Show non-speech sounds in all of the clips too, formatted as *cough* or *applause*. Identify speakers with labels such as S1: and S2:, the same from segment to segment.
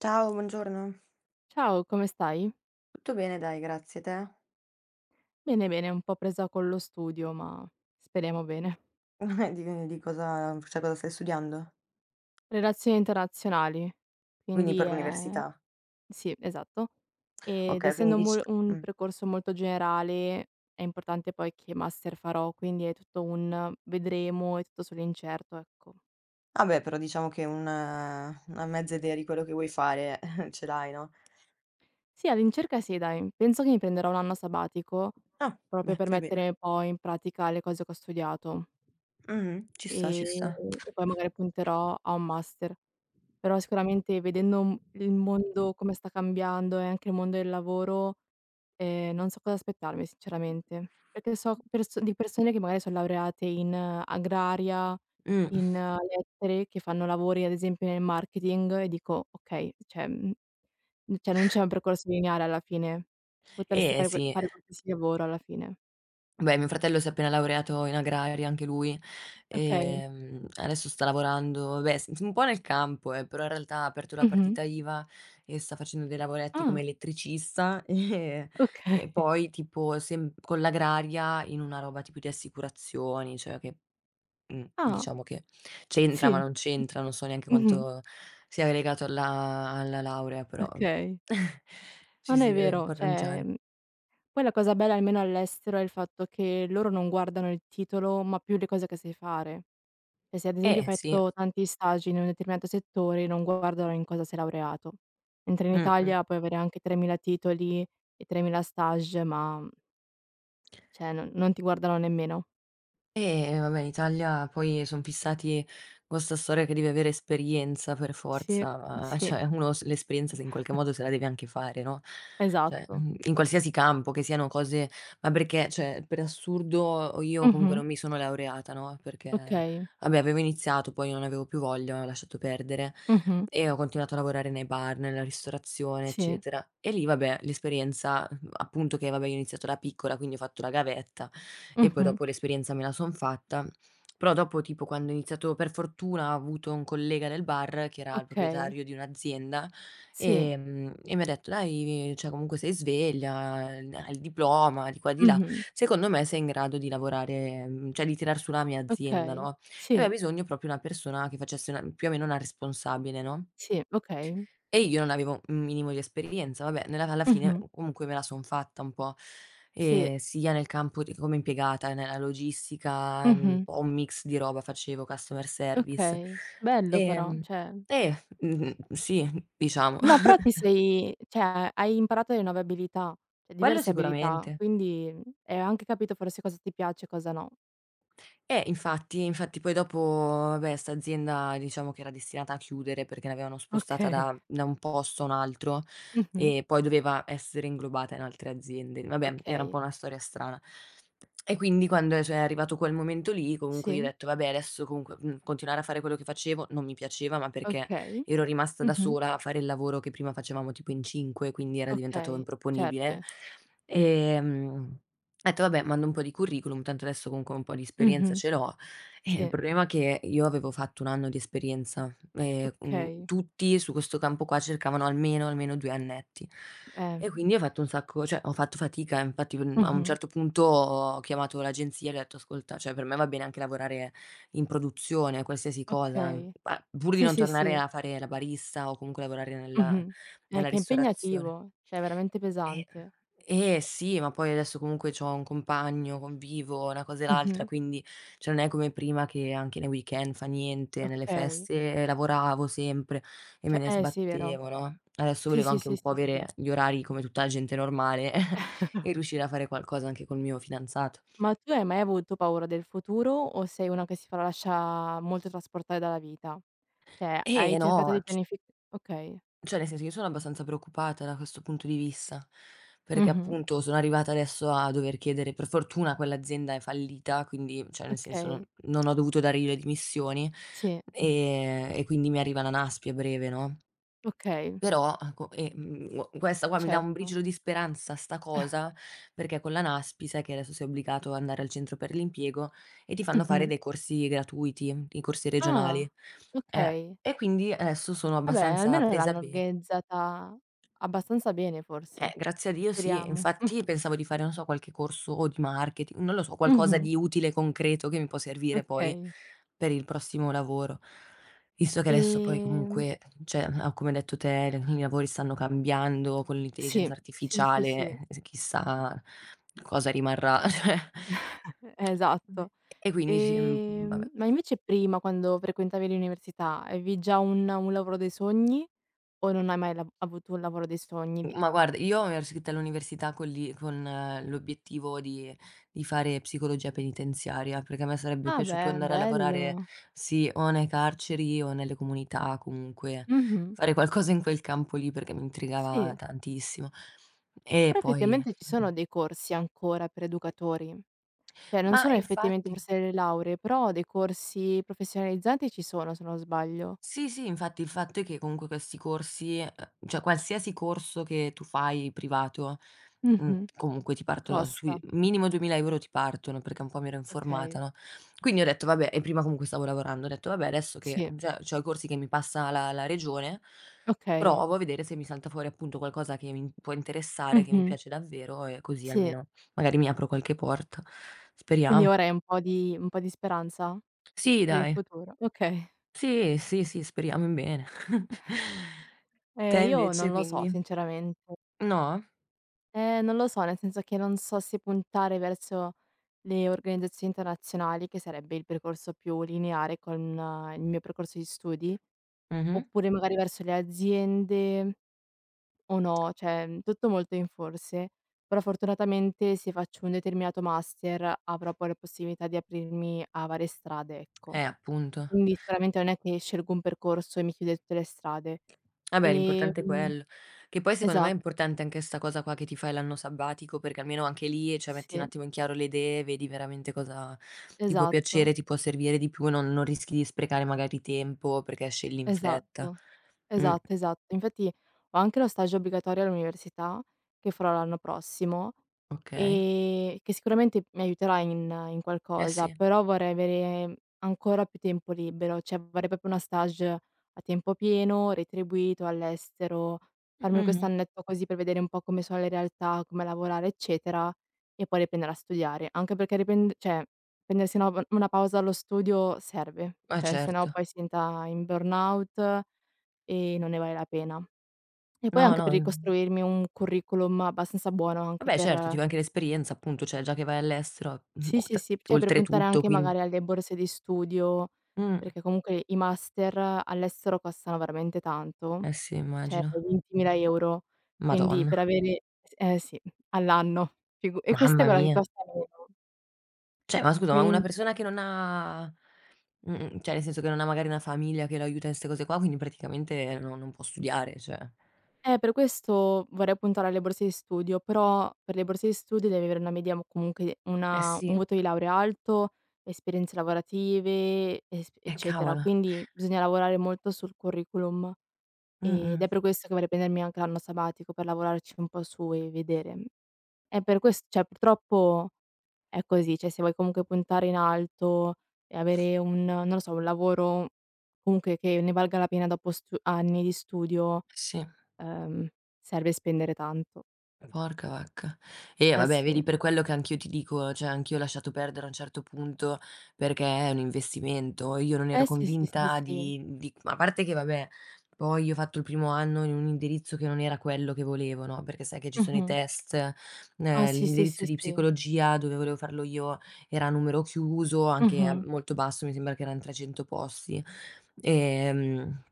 S1: Ciao, buongiorno.
S2: Ciao, come stai?
S1: Tutto bene dai, grazie. Te?
S2: Bene, bene, un po' presa con lo studio, ma speriamo bene.
S1: *laughs* Di cosa cosa stai studiando?
S2: Relazioni internazionali,
S1: Quindi
S2: quindi
S1: per
S2: è
S1: l'università.
S2: sì, esatto. Ed
S1: Okay, quindi
S2: essendo
S1: dic
S2: un
S1: mh.
S2: percorso molto generale, è importante poi che master farò, quindi è tutto un vedremo, è tutto sull'incerto, ecco.
S1: Vabbè, però diciamo che un una mezza idea di quello che vuoi fare *laughs* ce l'hai, no?
S2: Sì, all'incirca sì, dai. Penso che mi prenderò un anno sabbatico
S1: Ah,
S2: proprio
S1: beh,
S2: per
S1: fai bene.
S2: mettere un po' in pratica le cose che ho studiato
S1: Mh-mh, ci sta,
S2: e,
S1: ci sta.
S2: e poi magari punterò a un master. Però sicuramente vedendo m il mondo come sta cambiando e anche il mondo del lavoro, non so cosa aspettarmi sinceramente. Perché so perso di persone che magari son laureate in agraria,
S1: Mh,
S2: in lettere, che fanno lavori ad esempio nel marketing e dico: "Okay, cioè, cioè non c'è un percorso lineare alla fine. Potresti
S1: eh
S2: fare que
S1: sì.
S2: fare qualsiasi lavoro alla fine."
S1: Beh, mio fratello si è appena laureato in agraria anche lui,
S2: Okay.
S1: adesso sta lavorando, beh, s un po' nel campo, però in realtà ha aperto la
S2: Mh-mh.
S1: partita IVA e sta facendo dei lavoretti come
S2: Ah,
S1: elettricista, *laughs*
S2: okay.
S1: e
S2: *laughs*
S1: poi tipo sem con l'agraria in una roba tipo di assicurazioni, cioè che,
S2: Ah,
S1: diciamo che c'entra ma
S2: sì.
S1: non c'entra, non so neanche
S2: Mh-mh.
S1: quanto sia legato alla laurea, però vabbè.
S2: Okay.
S1: *laughs* Ci
S2: Non è
S1: si deve un
S2: vero,
S1: po'
S2: cioè
S1: arrangiare.
S2: poi la cosa bella, almeno all'estero, è il fatto che loro non guardano il titolo, ma più le cose che sai fare. Cioè, se ad esempio hai
S1: Eh sì,
S2: fatto tanti stagi in un determinato settore, non guardano in cosa sei laureato. Mentre in
S1: mh-mh.
S2: Italia puoi avere anche 3000 titoli e 3000 stage, ma cioè non ti guardano nemmeno.
S1: Vabbè, in Italia poi son fissati con 'sta storia che devi avere esperienza per
S2: Sì,
S1: forza, *laughs* ma
S2: sì,
S1: cioè uno s l'esperienza se in qualche modo se la devi anche fare, no, cioè,
S2: esatto.
S1: in qualsiasi campo, che siano cose ma perché, cioè, per assurdo io comunque
S2: Mh-mh,
S1: non mi sono laureata, no, perché
S2: okay.
S1: vabbè avevo iniziato, poi non avevo più voglia, ho lasciato perdere
S2: Mh-mh,
S1: e ho continuato a lavorare nei bar, nella ristorazione,
S2: sì.
S1: eccetera. E lì vabbè l'esperienza, appunto che vabbè io ho iniziato da piccola, quindi ho fatto la gavetta e poi
S2: Mh-mh,
S1: dopo l'esperienza me la son fatta. Però dopo tipo quando ho iniziato per fortuna ho avuto un collega del bar che era il
S2: okay.
S1: proprietario di un'azienda,
S2: Sì.
S1: e mi ha detto: "Dai, cioè comunque sei sveglia, hai il diploma, di qua e di là,
S2: Mh-mh,
S1: secondo me sei in grado di lavorare, cioè di tirar su la mia azienda,
S2: okay.
S1: no?" E aveva
S2: Sì,
S1: bisogno proprio una persona che facesse una più o meno una responsabile, no?
S2: sì, okay.
S1: E io non avevo un minimo di esperienza, vabbè, nella alla fine
S2: Mh-mh,
S1: comunque me la son fatta un po',
S2: sì.
S1: sia nel campo di come impiegata, nella logistica, un
S2: Mh-mh.
S1: po' un mix di roba facevo, customer service.
S2: Okay, bello però,
S1: Ehm,
S2: cioè
S1: eh, mh-mh, sì, diciamo.
S2: no, però ti
S1: *laughs*
S2: sei cioè hai imparato delle nuove abilità, cioè
S1: Quello
S2: diverse abilità,
S1: sicuramente.
S2: quindi, hai anche capito forse cosa ti piace e cosa no.
S1: Infatti, infatti poi dopo, vabbè, 'sta azienda diciamo che era destinata a chiudere perché l'avevano spostata
S2: Okay.
S1: da un posto a un altro
S2: Mh-mh.
S1: e poi doveva essere inglobata in altre aziende. Vabbè, era un po'
S2: Okay.
S1: una storia strana. E quindi quando è cioè è arrivato quel momento lì, comunque io ho
S2: Sì.
S1: detto: "Vabbè adesso comunque, continuare a fare quello che facevo non mi piaceva, ma perché
S2: Okay.
S1: ero rimasta da
S2: Mh-mh.
S1: sola a fare il lavoro che prima facevamo tipo in 5, quindi era diventato
S2: Okay.
S1: improponibile."
S2: Certo.
S1: Ehm ho detto: "Vabbè, mando un po' di curriculum, tanto adesso comunque un po' di esperienza
S2: Mh-mh.
S1: ce l'ho". Il
S2: Sì.
S1: problema è che io avevo fatto 1 anno di esperienza e,
S2: Okay.
S1: tutti su questo campo qua cercavano almeno 2 annetti.
S2: Eh.
S1: E quindi ho fatto un sacco cioè ho fatto fatica, infatti, a un
S2: Mh-mh.
S1: certo punto ho chiamato l'agenzia e gli ho detto: "Ascolta, cioè per me va bene anche lavorare in produzione, qualsiasi cosa,
S2: Okay.
S1: pa pur di
S2: Sì,
S1: non
S2: sì,
S1: tornare
S2: sì.
S1: a fare la barista o comunque lavorare nella
S2: Mh-mh. Che è
S1: ristorazione".
S2: impegnativo, cioè veramente
S1: E
S2: pesante.
S1: eh sì, ma poi adesso comunque c'ho un compagno, convivo, una cosa e l'altra,
S2: Mh-mh.
S1: quindi cioè non è come prima che anche nei weekend fa niente, nelle
S2: Okay.
S1: feste lavoravo sempre e me ne
S2: Cioè eh sì, vero.
S1: sbattevo, no. Adesso
S2: Sì,
S1: volevo
S2: sì,
S1: anche
S2: sì,
S1: un po'
S2: sì, sì.
S1: avere gli orari come tutta la gente normale *laughs* e riuscire a fare qualcosa anche col mio fidanzato.
S2: Ma tu hai mai avuto paura del futuro o sei una che si fa lascia molto trasportare dalla vita? Cioè, hai
S1: Eh
S2: cercato
S1: no,
S2: di
S1: c
S2: pianifi okay.
S1: cioè, nel senso, io sono abbastanza preoccupata da questo punto di vista, perché
S2: Mh-mh.
S1: appunto sono arrivata adesso a dover chiedere per fortuna quell'azienda è fallita, quindi, cioè nel senso,
S2: Okay.
S1: non ho dovuto dare io le dimissioni,
S2: Sì.
S1: e quindi mi arriva la NASPI a breve, no,
S2: Okay,
S1: però ecco, q questa qua mi dà un
S2: certo.
S1: briciolo di speranza sta
S2: *laughs*
S1: cosa, perché con la NASPI sai che adesso sei obbligato ad andare al centro per l'impiego e ti fanno fare
S2: Mh-mh.
S1: dei corsi gratuiti, i corsi regionali.
S2: Ah,
S1: Eh,
S2: okay.
S1: e quindi adesso sono
S2: Vabbè,
S1: abbastanza
S2: almeno
S1: presa
S2: l'hanno
S1: be
S2: organizzata abbastanza bene forse.
S1: grazie a Dio sì.
S2: Speriamo.
S1: Infatti
S2: *laughs*
S1: pensavo di fare, non so, qualche corso o di marketing, non lo so, qualcosa
S2: Mh-mh.
S1: di utile, concreto che mi può servire poi
S2: Okay.
S1: per il prossimo lavoro. Visto che adesso poi
S2: Ehm,
S1: comunque, cioè, ah, come hai detto te, le- i lavori stanno cambiando con
S2: sì,
S1: l'intelligenza
S2: sì, sì, sì.
S1: artificiale, chissà cosa rimarrà. *laughs* Cioè.
S2: *laughs* Esatto.
S1: E quindi sì, vabbè.
S2: Ma invece prima, quando frequentavi l'università, avevi già un lavoro dei sogni o non hai mai lav avuto un lavoro dei sogni? Di
S1: Ma guarda, io mi ero iscritta all'università con l'i con l'obiettivo di fare psicologia penitenziaria, perché a me sarebbe
S2: ah
S1: piaciuto
S2: beh,
S1: andare a
S2: bello.
S1: lavorare, sì, o nei carceri o nelle comunità, comunque
S2: Mh-mh.
S1: fare qualcosa in quel campo lì perché mi intrigava
S2: Sì,
S1: tantissimo. E
S2: però
S1: poi
S2: effettivamente ci
S1: mh,
S2: sono dei corsi ancora per educatori. Cioè non
S1: ma
S2: sono effettivamente
S1: infatti
S2: forse delle lauree, però dei corsi professionalizzanti ci sono, se non sbaglio.
S1: sì, sì, infatti il fatto è che comunque questi corsi, cioè qualsiasi corso che tu fai privato,
S2: Mh-mh.
S1: comunque ti partono sui
S2: Costa.
S1: minimo 2000 € ti partono, perché un po' mi ero informata,
S2: Okay.
S1: no, quindi ho detto: "Vabbè" e prima comunque stavo lavorando, ho detto: "Vabbè adesso che
S2: Sì,
S1: già c'ho i corsi che mi passa la regione,
S2: okay.
S1: provo a vedere se mi salta fuori appunto qualcosa che mi può interessare, che mi
S2: Mh-mh.
S1: piace davvero e così
S2: Sì.
S1: almeno magari mi apro qualche porta."
S2: Quindi
S1: Speriamo.
S2: ora hai un po' di speranza
S1: Sì
S2: per il
S1: dai.
S2: futuro? Okay.
S1: Sì, sì, sì, speriamo in bene. *laughs* Te
S2: Io
S1: invece
S2: non lo so
S1: quindi?
S2: sinceramente.
S1: No?
S2: Non lo so, nel senso che non so se puntare verso le organizzazioni internazionali, che sarebbe il percorso più lineare con il mio percorso di studi,
S1: Mh-mh.
S2: oppure magari verso le aziende o no, cioè, tutto molto in forse. Però fortunatamente se faccio un determinato master avrò poi la possibilità di aprirmi a varie strade, ecco.
S1: Appunto.
S2: Quindi sicuramente non è che scelgo un percorso e mi chiudo in tutte le strade.
S1: Vabbè, l'importante è
S2: Ehm
S1: quello. Che poi secondo me è
S2: esatto,
S1: importante anche 'sta cosa qua che ti fai l'anno sabbatico, perché almeno anche lì, cioè, metti un
S2: sì.
S1: attimo in chiaro le idee, vedi veramente cosa ti può piacere,
S2: Esatto,
S1: ti può servire di più, non rischi di sprecare magari tempo perché scegli in fretta.
S2: esatto,
S1: Mh,
S2: esatto, esatto. Infatti ho anche lo stage obbligatorio all'università, che farò l'anno prossimo.
S1: okay.
S2: Che sicuramente mi aiuterà in in
S1: Eh
S2: qualcosa,
S1: sì.
S2: però vorrei avere ancora più tempo libero, cioè vorrei proprio una stage a tempo pieno, retribuito all'estero, farmi
S1: Mh-mh.
S2: quest'annetto così per vedere un po' come sono le realtà, come lavorare, eccetera, e poi riprendere a studiare. Anche perché riprend cioè prendersi una p una pausa dallo studio serve,
S1: Eh
S2: cioè se no
S1: certo.
S2: poi si entra in burnout e non ne vale la pena. E poi
S1: No,
S2: anche
S1: no,
S2: per ricostruirmi un curriculum abbastanza buono anche
S1: vabbè
S2: per
S1: certo, ti va anche l'esperienza appunto, cioè già che vai all'estero,
S2: sì, sì, sì, cioè per puntare
S1: oltretutto
S2: anche
S1: quindi.
S2: magari alle borse di studio,
S1: Mh.
S2: perché comunque i master all'estero costano veramente tanto,
S1: Eh sì,
S2: cioè
S1: immagino.
S2: 20.000 €, quindi
S1: Madonna,
S2: per avere s eh sì, all'anno, figu e questa è
S1: mamma
S2: quella che
S1: mia.
S2: costa meno.
S1: Cioè, ma scusa, ma una
S2: Quin
S1: persona che non ha mh-mh, cioè nel senso che non ha magari una famiglia che lo aiuta in 'ste cose qua, quindi praticamente no non può studiare, cioè.
S2: per questo vorrei puntare alle borse di studio, però per le borse di studio devi avere una media mo comunque
S1: Eh
S2: una
S1: sì,
S2: un voto di laurea alto, esperienze lavorative, es eccetera,
S1: cavolo.
S2: quindi bisogna lavorare molto sul curriculum.
S1: Mh-mh,
S2: Ed è per questo che vorrei prendermi anche l'anno sabbatico per lavorarci un po' su e vedere. È per ques cioè purtroppo è così, cioè se vuoi comunque puntare in alto e avere un non lo so, un lavoro comunque che ne valga la pena dopo stu anni di studio,
S1: sì.
S2: ehm, serve spendere tanto.
S1: Porca vacca. Eh
S2: Eh
S1: vabbè,
S2: sì.
S1: vedi per quello che anch'io ti dico, cioè anch'io ho lasciato perdere a un certo punto perché è un investimento. Io non ero
S2: Eh sì, sì, sì,
S1: convinta
S2: sì.
S1: di a parte che vabbè, poi io ho fatto il primo anno in un indirizzo che non era quello che volevo, no, perché sai che ci sono i
S2: Mh-mh.
S1: test,
S2: Ah sì, sì,
S1: l'indirizzo
S2: sì,
S1: di
S2: sì.
S1: psicologia dove volevo farlo io era a numero chiuso, anche a
S2: Mh-mh.
S1: molto basso, mi sembra che eran 300 posti, ehm,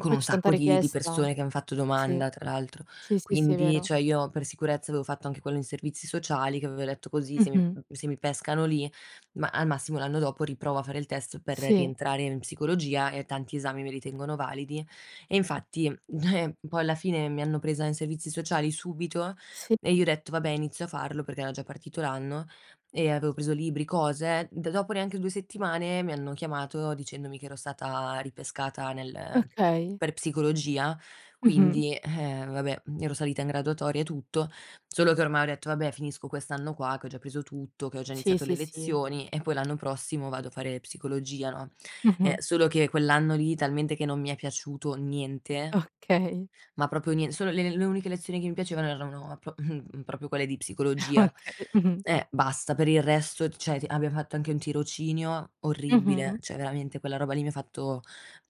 S1: con
S2: Poi
S1: un
S2: c'è tanta
S1: sacco di
S2: richiesta.
S1: persone che han fatto
S2: Sì.
S1: domanda tra l'altro.
S2: Sì, sì, sì, è
S1: Quindi,
S2: vero.
S1: cioè io per sicurezza avevo fatto anche quello in servizi sociali, che avevo detto: "Così
S2: Mh-mh.
S1: se mi pescano lì, ma al massimo l'anno dopo riprovo a fare il test per
S2: Sì.
S1: rientrare in psicologia e tanti esami me li tengono validi". E infatti, *laughs* poi alla fine mi hanno presa in servizi sociali subito
S2: Sì.
S1: e io ho detto: "Vabbè, inizio a farlo", perché era già partito l'anno e avevo preso libri, cose. D dopo neanche 2 settimane mi hanno chiamato dicendomi che ero stata ripescata nel
S2: Okay.
S1: per psicologia
S2: Mh-mh.
S1: quindi, vabbè, ero salita in graduatoria e tutto, solo che ormai ho detto: "Vabbè, finisco quest'anno qua, che ho già preso tutto, che ho già
S2: Sì,
S1: iniziato le
S2: sì, sì.
S1: lezioni e poi l'anno prossimo vado a fare psicologia", no,
S2: Mh-mh.
S1: solo che quell'anno lì talmente che non mi è piaciuto niente
S2: Okay,
S1: ma proprio nien solo le uniche lezioni che mi piacevano erano pro *laughs* proprio quelle di
S2: *laughs*
S1: psicologia.
S2: okay. Mh-mh.
S1: Basta. Per il resto, cioè ti abbiamo fatto anche un tirocinio orribile,
S2: Mh-mh.
S1: cioè veramente quella roba lì mi ha fatto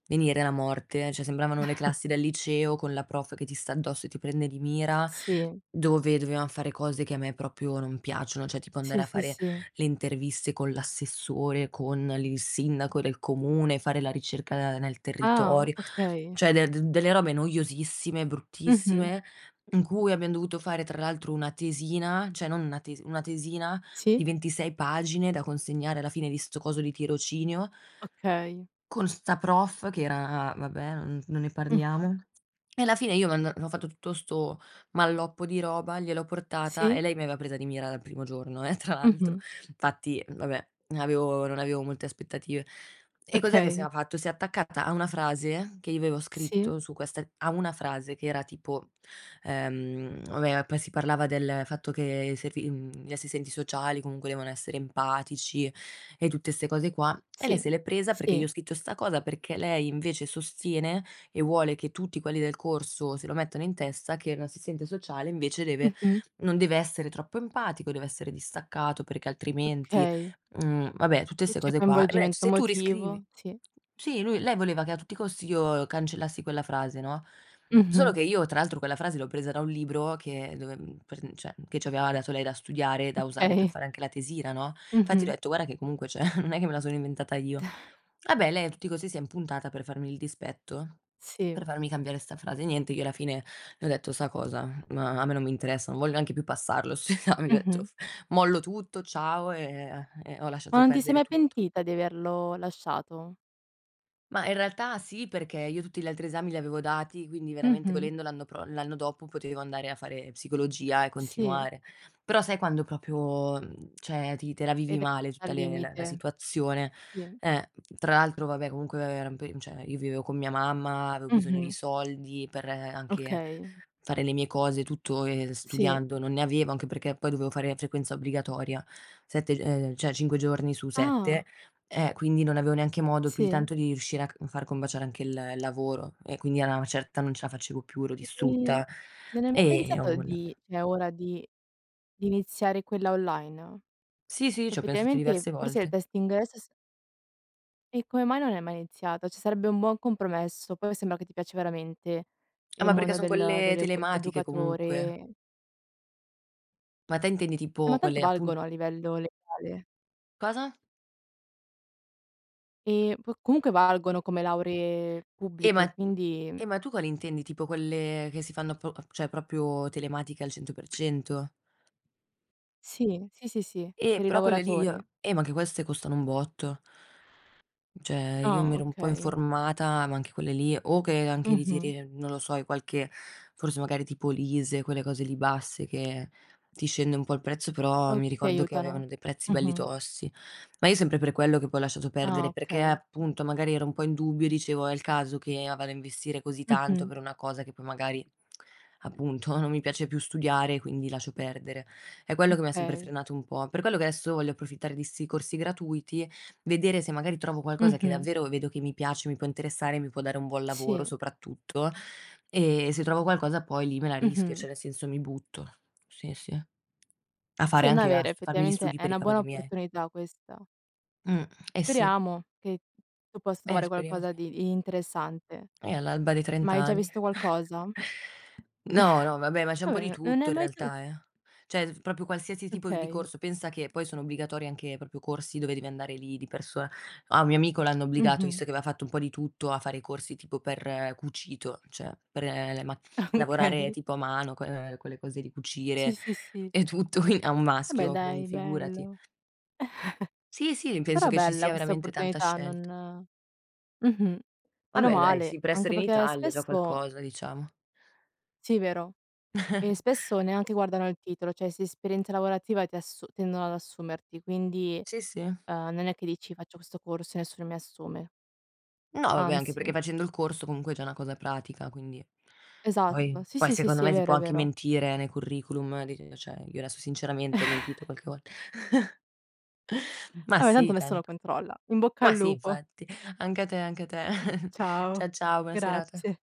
S1: venire la morte, cioè sembravano le classi del liceo con la prof che ti sta addosso e ti prende di mira,
S2: Sì.
S1: dove dovevam fare cose che a me proprio non piacciono, cioè tipo andare
S2: Sì,
S1: a
S2: sì,
S1: fare
S2: sì.
S1: le interviste con l'assessore, con il sindaco del comune, fare la ricerca nel
S2: Ah,
S1: territorio.
S2: okay.
S1: Cioè de d delle robe noiosissime,
S2: Mh-mh.
S1: bruttissime, in cui abbiam dovuto fare tra l'altro una tesina, cioè non una tes una tesina di
S2: Sì,
S1: 26 pagine da consegnare alla fine di 'sto coso di tirocinio.
S2: okay.
S1: Con 'sta prof che era vabbè, non non ne
S2: Mh.
S1: parliamo. E alla fine io m'and ho fatto tutto 'sto malloppo di roba, gliel'ho portata e
S2: Sì.
S1: lei mi aveva presa di mira dal primo giorno *laughs* tra l'altro.
S2: Mh-mh.
S1: Infatti, vabbè, avevo non avevo molte aspettative. E cos'è che si
S2: Okay.
S1: era fatto? Si è attaccata a una frase che io avevo
S2: Sì,
S1: scritto su questa a una frase che era tipo, vabbè poi si parlava del fatto che i servi gli assistenti sociali comunque devono essere empatici e tutte 'ste cose qua. E lei
S2: sì,
S1: se l'è presa perché gli
S2: sì.
S1: ho scritto 'sta cosa, perché lei invece sostiene e vuole che tutti quelli del corso se lo mettano in testa che un assistente sociale invece deve
S2: Mh-mh.
S1: non deve essere troppo empatico, deve essere distaccato perché altrimenti
S2: Okay.
S1: vabbè tutte
S2: E
S1: 'ste
S2: c'è
S1: cose qua. E mi ha detto:
S2: coinvolgimento
S1: "Se tu riscrivi"
S2: emotivo, sì.
S1: sì, lui lei voleva che a tutti i costi io cancellassi quella frase, no, solo
S2: Mh-mh.
S1: che io tra l'altro quella frase l'ho presa da un libro che dove per cioè che ci aveva dato lei da studiare, da usare per
S2: Okay.
S1: fare anche la tesina, no. Infatti le
S2: Mh-mh.
S1: ho detto: "Guarda che comunque cioè, *laughs* non è che me la sono inventata io".
S2: *laughs*
S1: Vabbè, lei a tutti i costi si è impuntata per farmi il dispetto,
S2: Sì.
S1: per farmi cambiare 'sta frase. Niente, io alla fine le ho detto: "Sta cosa, ma a me non mi interessa, non voglio neanche più passarlo *laughs* 'sto esame", gli ho detto:
S2: Mh-mh.
S1: "Mollo tutto, ciao", e ho
S2: Ma
S1: lasciato
S2: non ti sei
S1: perdere
S2: mai
S1: tutto.
S2: pentita di averlo lasciato?
S1: Ma in realtà sì, perché io tutti gli altri esami li avevo dati, quindi veramente
S2: Mh-mh.
S1: volendo l'anno dopo potevo andare a fare psicologia e
S2: Sì,
S1: continuare. Però sai quando proprio, cioè ti te la vivi
S2: ed è
S1: male
S2: stata
S1: tutta
S2: al
S1: le la la
S2: limite.
S1: situazione.
S2: Sì.
S1: Eh, tra l'altro vabbè comunque era un pe cioè io vivevo con mia mamma, avevo bisogno di
S2: Mh-mh.
S1: soldi per anche
S2: Okay,
S1: fare le mie cose, tutto,
S2: sì.
S1: studiando, non ne avevo, anche perché poi dovevo fare frequenza obbligatoria, 7 g cioè 5 giorni su 7,
S2: Ah,
S1: quindi non avevo neanche modo più di
S2: sì.
S1: tanto di riuscire a c far combaciare anche il lavoro e quindi a una certa non ce la facevo più, ero
S2: E
S1: distrutta
S2: non hai mai
S1: e ho
S2: pensato
S1: mollato.
S2: di cioè è ora di iniziare quella online?
S1: Sì, sì, ci
S2: Cioè
S1: ho pensato
S2: effettivamente
S1: diverse
S2: forse il
S1: volte.
S2: testing adesso s e come mai non hai mai iniziato? Ci sarebbe un buon compromesso, poi sembra che ti piace veramente il
S1: Ma perché
S2: mondo
S1: son
S2: del
S1: quelle
S2: dell'equ
S1: telematiche comunque.
S2: educatore.
S1: Ma te intendi tipo
S2: Ma tanto
S1: quelle appun
S2: valgono a livello legale.
S1: cosa?
S2: E p comunque valgono come lauree
S1: Eh, ma
S2: pubbliche, quindi
S1: eh, ma tu quali intendi? Tipo quelle che si fanno po cioè proprio telematiche al 100%?
S2: sì, sì, sì, sì, per i
S1: Però quelle lì,
S2: lavoratori.
S1: ma anche queste costano un botto. Cioè, io mi
S2: Ah,
S1: ero un po'
S2: okay.
S1: informata, ma anche quelle lì o che anche
S2: Mh-mh.
S1: ritiri, non lo so, i qualche forse magari tipo Lise, quelle cose lì basse che ti scende un po' il prezzo, però
S2: O
S1: mi
S2: ti
S1: ricordo che
S2: aiutano.
S1: avevano dei prezzi belli
S2: Mh-mh.
S1: tossi. Ma io sempre per quello che poi ho lasciato
S2: Ah,
S1: perdere, perché
S2: okay.
S1: appunto magari ero un po' in dubbio, dicevo: "È il caso che vado a investire così tanto
S2: Mh-mh.
S1: per una cosa che poi magari, appunto, *laughs* non mi piace più studiare, quindi lascio perdere." È quello che mi ha sempre
S2: Okay.
S1: frenato un po'. Per quello che adesso voglio approfittare di 'sti corsi gratuiti. Vedere se magari trovo qualcosa che
S2: Mh-mh.
S1: davvero vedo che mi piace, mi può interessare, mi può dare un buon lavoro
S2: Sì.
S1: soprattutto, e se trovo qualcosa poi lì me la rischio,
S2: Mh-mh.
S1: cioè nel senso mi butto. Sì, sì. A
S2: Sì,
S1: fare
S2: no, è una
S1: anche a
S2: vera
S1: s farmi gli
S2: effettivamente
S1: studi
S2: è
S1: per i
S2: una buona
S1: cavoli miei.
S2: opportunità questa.
S1: Mh, eh sì,
S2: Speriamo che tu possa trovare
S1: speriamo sì.
S2: qualcosa di interessante.
S1: All'alba dei
S2: Ma
S1: 30
S2: hai già
S1: anni.
S2: visto qualcosa?
S1: *laughs* No, no, vabbè, ma c'è un po' di
S2: Vabbè, non
S1: tutto
S2: è
S1: in
S2: mai to
S1: realtà, eh. Cioè, f proprio qualsiasi tipo di
S2: okay.
S1: corso. Pensa che poi sono obbligatori anche proprio corsi dove devi andare lì di persona. A un mio amico l'hanno obbligato,
S2: Mh-mh.
S1: visto che aveva fatto un po' di tutto, a fare i corsi tipo per cucito, cioè per le mac
S2: *laughs*
S1: lavorare
S2: Okay.
S1: tipo a mano, quelle cose di
S2: Sì,
S1: cucire
S2: sì, sì.
S1: e tutto, *laughs* quin a un
S2: Vabbè
S1: maschio, quindi
S2: dai,
S1: figurati.
S2: bello.
S1: Sì, sì, penso
S2: Però
S1: che ci sia
S2: bella questa
S1: veramente tanta
S2: opportunità,
S1: scelta.
S2: non Mh-mh. Meno
S1: Vabbè dai,
S2: male,
S1: sì, per
S2: anche
S1: essere in
S2: perché
S1: Italia è già
S2: spesso
S1: qualcosa, diciamo.
S2: sì, vero? E
S1: *laughs*
S2: spesso neanche guardano il titolo, cioè se esperienza lavorativa ti assu tendono ad assumerti, quindi,
S1: Sì, sì.
S2: non è che dici: "Faccio questo corso e nessuno mi assume."
S1: No, vabbè, anche perché
S2: Anzi
S1: facendo il corso comunque è già una cosa pratica, quindi poi
S2: esatto, sì,
S1: poi
S2: sì, sì,
S1: secondo
S2: sì, è
S1: me si
S2: vero,
S1: può
S2: è
S1: anche
S2: vero.
S1: mentire nei curriculum, dic cioè io adesso sinceramente ho mentito qualche volta. *laughs* Ma
S2: Vabbè tanto
S1: sì
S2: nessuno
S1: tanto.
S2: controlla. In bocca
S1: Ma
S2: al
S1: sì
S2: lupo.
S1: infatti. Anche a te, anche a te. *laughs*
S2: Ciao.
S1: Ciao, buona serata.
S2: Grazie.